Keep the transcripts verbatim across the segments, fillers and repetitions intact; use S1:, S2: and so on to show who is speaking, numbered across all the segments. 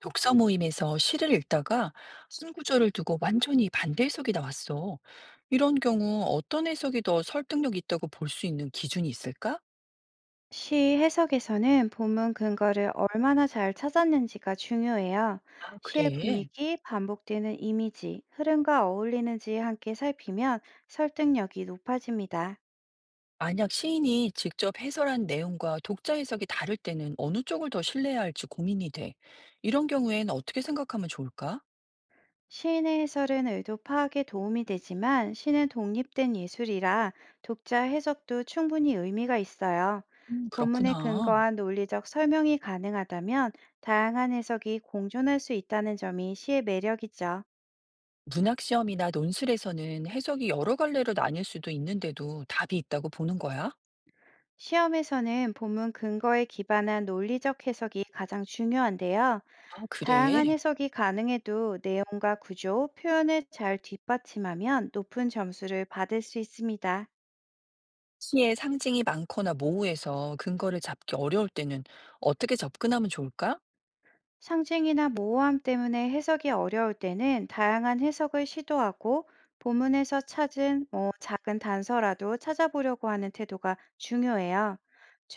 S1: 독서 모임에서 시를 읽다가 쓴 구절을 두고 완전히 반대 해석이 나왔어. 이런 경우 어떤 해석이 더 설득력 있다고 볼 수 있는 기준이 있을까?
S2: 시 해석에서는 본문 근거를 얼마나 잘 찾았는지가 중요해요.
S1: 아,
S2: 시의
S1: 그래.
S2: 분위기, 반복되는 이미지, 흐름과 어울리는지 함께 살피면 설득력이 높아집니다.
S1: 만약 시인이 직접 해설한 내용과 독자 해석이 다를 때는 어느 쪽을 더 신뢰해야 할지 고민이 돼. 이런 경우엔 어떻게 생각하면 좋을까?
S2: 시인의 해설은 의도 파악에 도움이 되지만 시는 독립된 예술이라 독자 해석도 충분히 의미가 있어요.
S1: 음,
S2: 본문에
S1: 그렇구나.
S2: 근거한 논리적 설명이 가능하다면 다양한 해석이 공존할 수 있다는 점이 시의 매력이죠.
S1: 문학 시험이나 논술에서는 해석이 여러 갈래로 나뉠 수도 있는데도 답이 있다고 보는 거야?
S2: 시험에서는 본문 근거에 기반한 논리적 해석이 가장 중요한데요.
S1: 아, 그래.
S2: 다양한 해석이 가능해도 내용과 구조, 표현을 잘 뒷받침하면 높은 점수를 받을 수 있습니다.
S1: 시의 상징이 많거나 모호해서 근거를 잡기 어려울 때는 어떻게 접근하면 좋을까?
S2: 상징이나 모호함 때문에 해석이 어려울 때는 다양한 해석을 시도하고 본문에서 찾은 뭐 작은 단서라도 찾아보려고 하는 태도가 중요해요.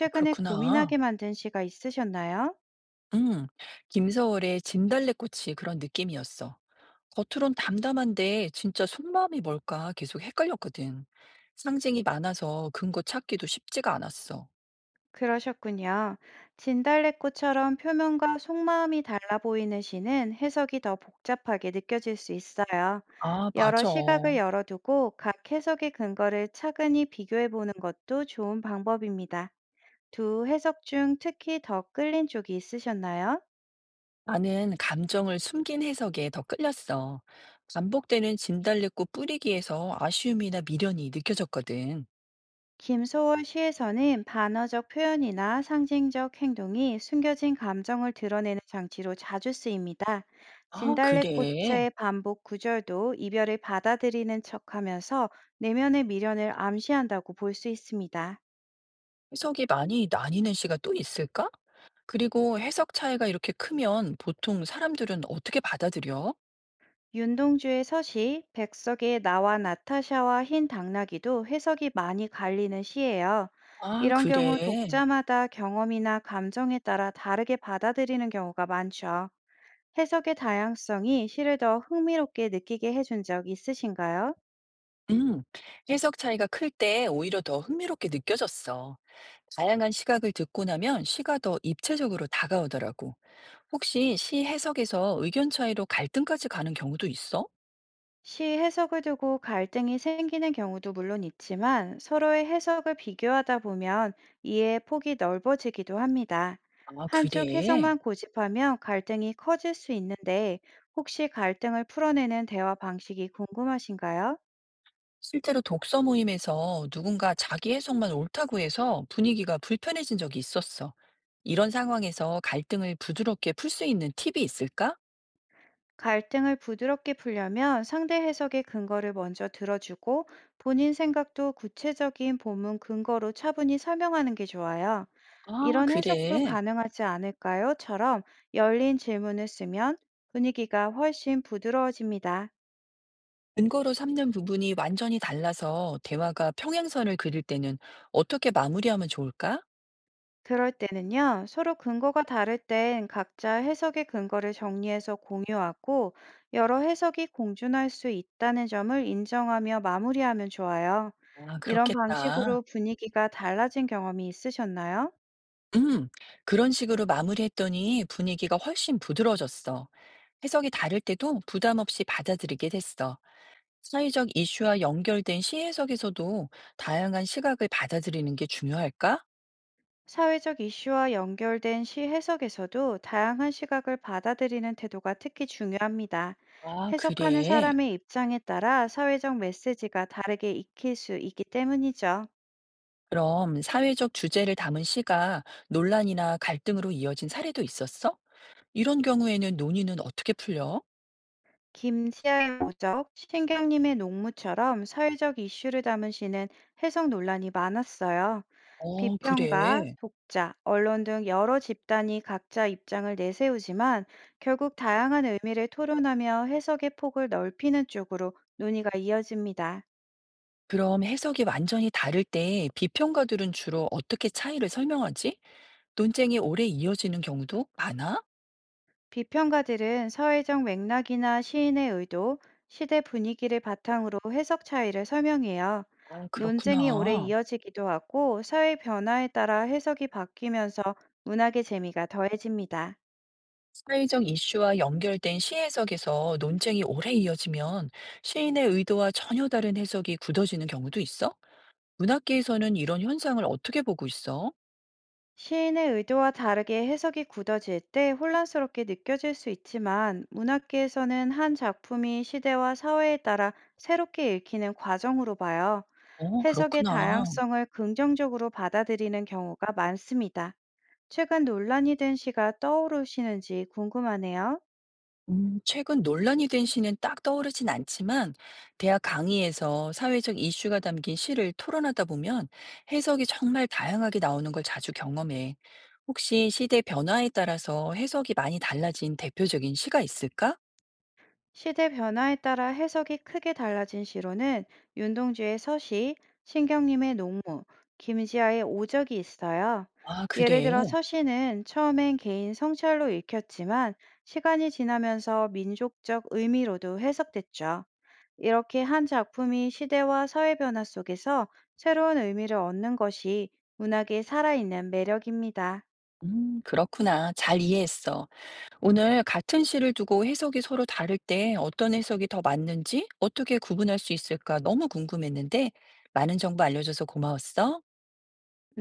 S1: 아, 그렇구나.
S2: 고민하게 만든 시가 있으셨나요?
S1: 음, 김서월의 진달래꽃이 그런 느낌이었어. 겉으론 담담한데 진짜 속마음이 뭘까 계속 헷갈렸거든. 상징이 많아서 근거 찾기도 쉽지가 않았어.
S2: 그러셨군요. 진달래꽃처럼 표면과 속마음이 달라 보이는 시는 해석이 더 복잡하게 느껴질 수 있어요.
S1: 아,
S2: 여러
S1: 맞아.
S2: 시각을 열어두고 각 해석의 근거를 차근히 비교해 보는 것도 좋은 방법입니다. 두 해석 중 특히 더 끌린 쪽이 있으셨나요?
S1: 나는 감정을 숨긴 해석에 더 끌렸어. 반복되는 진달래꽃 뿌리기에서 아쉬움이나 미련이 느껴졌거든.
S2: 김소월 시에서는 반어적 표현이나 상징적 행동이 숨겨진 감정을 드러내는 장치로 자주 쓰입니다.
S1: 아, 그래.
S2: 진달래꽃의 반복 구절도 이별을 받아들이는 척하면서 내면의 미련을 암시한다고 볼 수 있습니다.
S1: 해석이 많이 나뉘는 시가 또 있을까? 그리고 해석 차이가 이렇게 크면 보통 사람들은 어떻게 받아들여?
S2: 윤동주의 서시, 백석의 나와 나타샤와 흰 당나귀도 해석이 많이 갈리는 시예요.
S1: 아,
S2: 이런 경우
S1: 그래.
S2: 독자마다 경험이나 감정에 따라 다르게 받아들이는 경우가 많죠. 해석의 다양성이 시를 더 흥미롭게 느끼게 해준 적 있으신가요?
S1: 음, 해석 차이가 클 때 오히려 더 흥미롭게 느껴졌어. 다양한 시각을 듣고 나면 시가 더 입체적으로 다가오더라고. 혹시 시 해석에서 의견 차이로 갈등까지 가는 경우도 있어?
S2: 시 해석을 두고 갈등이 생기는 경우도 물론 있지만 서로의 해석을 비교하다 보면 이해의 폭이 넓어지기도 합니다.
S1: 아,
S2: 한쪽
S1: 그래.
S2: 해석만 고집하면 갈등이 커질 수 있는데 혹시 갈등을 풀어내는 대화 방식이 궁금하신가요?
S1: 실제로 독서 모임에서 누군가 자기 해석만 옳다고 해서 분위기가 불편해진 적이 있었어. 이런 상황에서 갈등을 부드럽게 풀 수 있는 팁이 있을까?
S2: 갈등을 부드럽게 풀려면 상대 해석의 근거를 먼저 들어주고 본인 생각도 구체적인 본문 근거로 차분히 설명하는 게 좋아요.
S1: 아,
S2: "이런 해석도
S1: 그래.
S2: 가능하지 않을까요?"처럼 열린 질문을 쓰면 분위기가 훨씬 부드러워집니다.
S1: 근거로 삼는 부분이 완전히 달라서 대화가 평행선을 그릴 때는 어떻게 마무리하면 좋을까?
S2: 그럴 때는요, 서로 근거가 다를 땐 각자 해석의 근거를 정리해서 공유하고 여러 해석이 공존할 수 있다는 점을 인정하며 마무리하면 좋아요.
S1: 아,
S2: 이런
S1: 그렇겠다.
S2: 방식으로 분위기가 달라진 경험이 있으셨나요?
S1: 음, 그런 식으로 마무리했더니 분위기가 훨씬 부드러워졌어. 해석이 다를 때도 부담 없이 받아들이게 됐어. 사회적 이슈와 연결된 시 해석에서도 다양한 시각을 받아들이는 게 중요할까?
S2: 사회적 이슈와 연결된 시 해석에서도 다양한 시각을 받아들이는 태도가 특히 중요합니다.
S1: 아,
S2: 해석하는
S1: 그래.
S2: 사람의 입장에 따라 사회적 메시지가 다르게 익힐 수 있기 때문이죠.
S1: 그럼 사회적 주제를 담은 시가 논란이나 갈등으로 이어진 사례도 있었어? 이런 경우에는 논의는 어떻게 풀려?
S2: 김시아의 오적, 신경님의 농무처럼 사회적 이슈를 담은 시는 해석 논란이 많았어요.
S1: 어,
S2: 비평가,
S1: 그래.
S2: 독자, 언론 등 여러 집단이 각자 입장을 내세우지만 결국 다양한 의미를 토론하며 해석의 폭을 넓히는 쪽으로 논의가 이어집니다.
S1: 그럼 해석이 완전히 다를 때 비평가들은 주로 어떻게 차이를 설명하지? 논쟁이 오래 이어지는 경우도 많아?
S2: 비평가들은 사회적 맥락이나 시인의 의도, 시대 분위기를 바탕으로 해석 차이를 설명해요.
S1: 아,
S2: 논쟁이 오래
S1: 그렇구나.
S2: 이어지기도 하고 사회 변화에 따라 해석이 바뀌면서 문학의 재미가 더해집니다.
S1: 사회적 이슈와 연결된 시 해석에서 논쟁이 오래 이어지면 시인의 의도와 전혀 다른 해석이 굳어지는 경우도 있어? 문학계에서는 이런 현상을 어떻게 보고 있어?
S2: 시인의 의도와 다르게 해석이 굳어질 때 혼란스럽게 느껴질 수 있지만 문학계에서는 한 작품이 시대와 사회에 따라 새롭게 읽히는 과정으로 봐요.
S1: 어,
S2: 해석의
S1: 그렇구나.
S2: 다양성을 긍정적으로 받아들이는 경우가 많습니다. 최근 논란이 된 시가 떠오르시는지 궁금하네요.
S1: 음, 최근 논란이 된 시는 딱 떠오르진 않지만, 대학 강의에서 사회적 이슈가 담긴 시를 토론하다 보면 해석이 정말 다양하게 나오는 걸 자주 경험해. 혹시 시대 변화에 따라서 해석이 많이 달라진 대표적인 시가 있을까?
S2: 시대 변화에 따라 해석이 크게 달라진 시로는 윤동주의 서시, 신경님의 농무, 김지아의 오적이 있어요.
S1: 아,
S2: 예를
S1: 그래.
S2: 들어 서시는 처음엔 개인 성찰로 읽혔지만 시간이 지나면서 민족적 의미로도 해석됐죠. 이렇게 한 작품이 시대와 사회 변화 속에서 새로운 의미를 얻는 것이 문학의 살아있는 매력입니다.
S1: 음, 그렇구나. 잘 이해했어. 오늘 같은 시를 두고 해석이 서로 다를 때 어떤 해석이 더 맞는지 어떻게 구분할 수 있을까 너무 궁금했는데 많은 정보 알려줘서 고마웠어.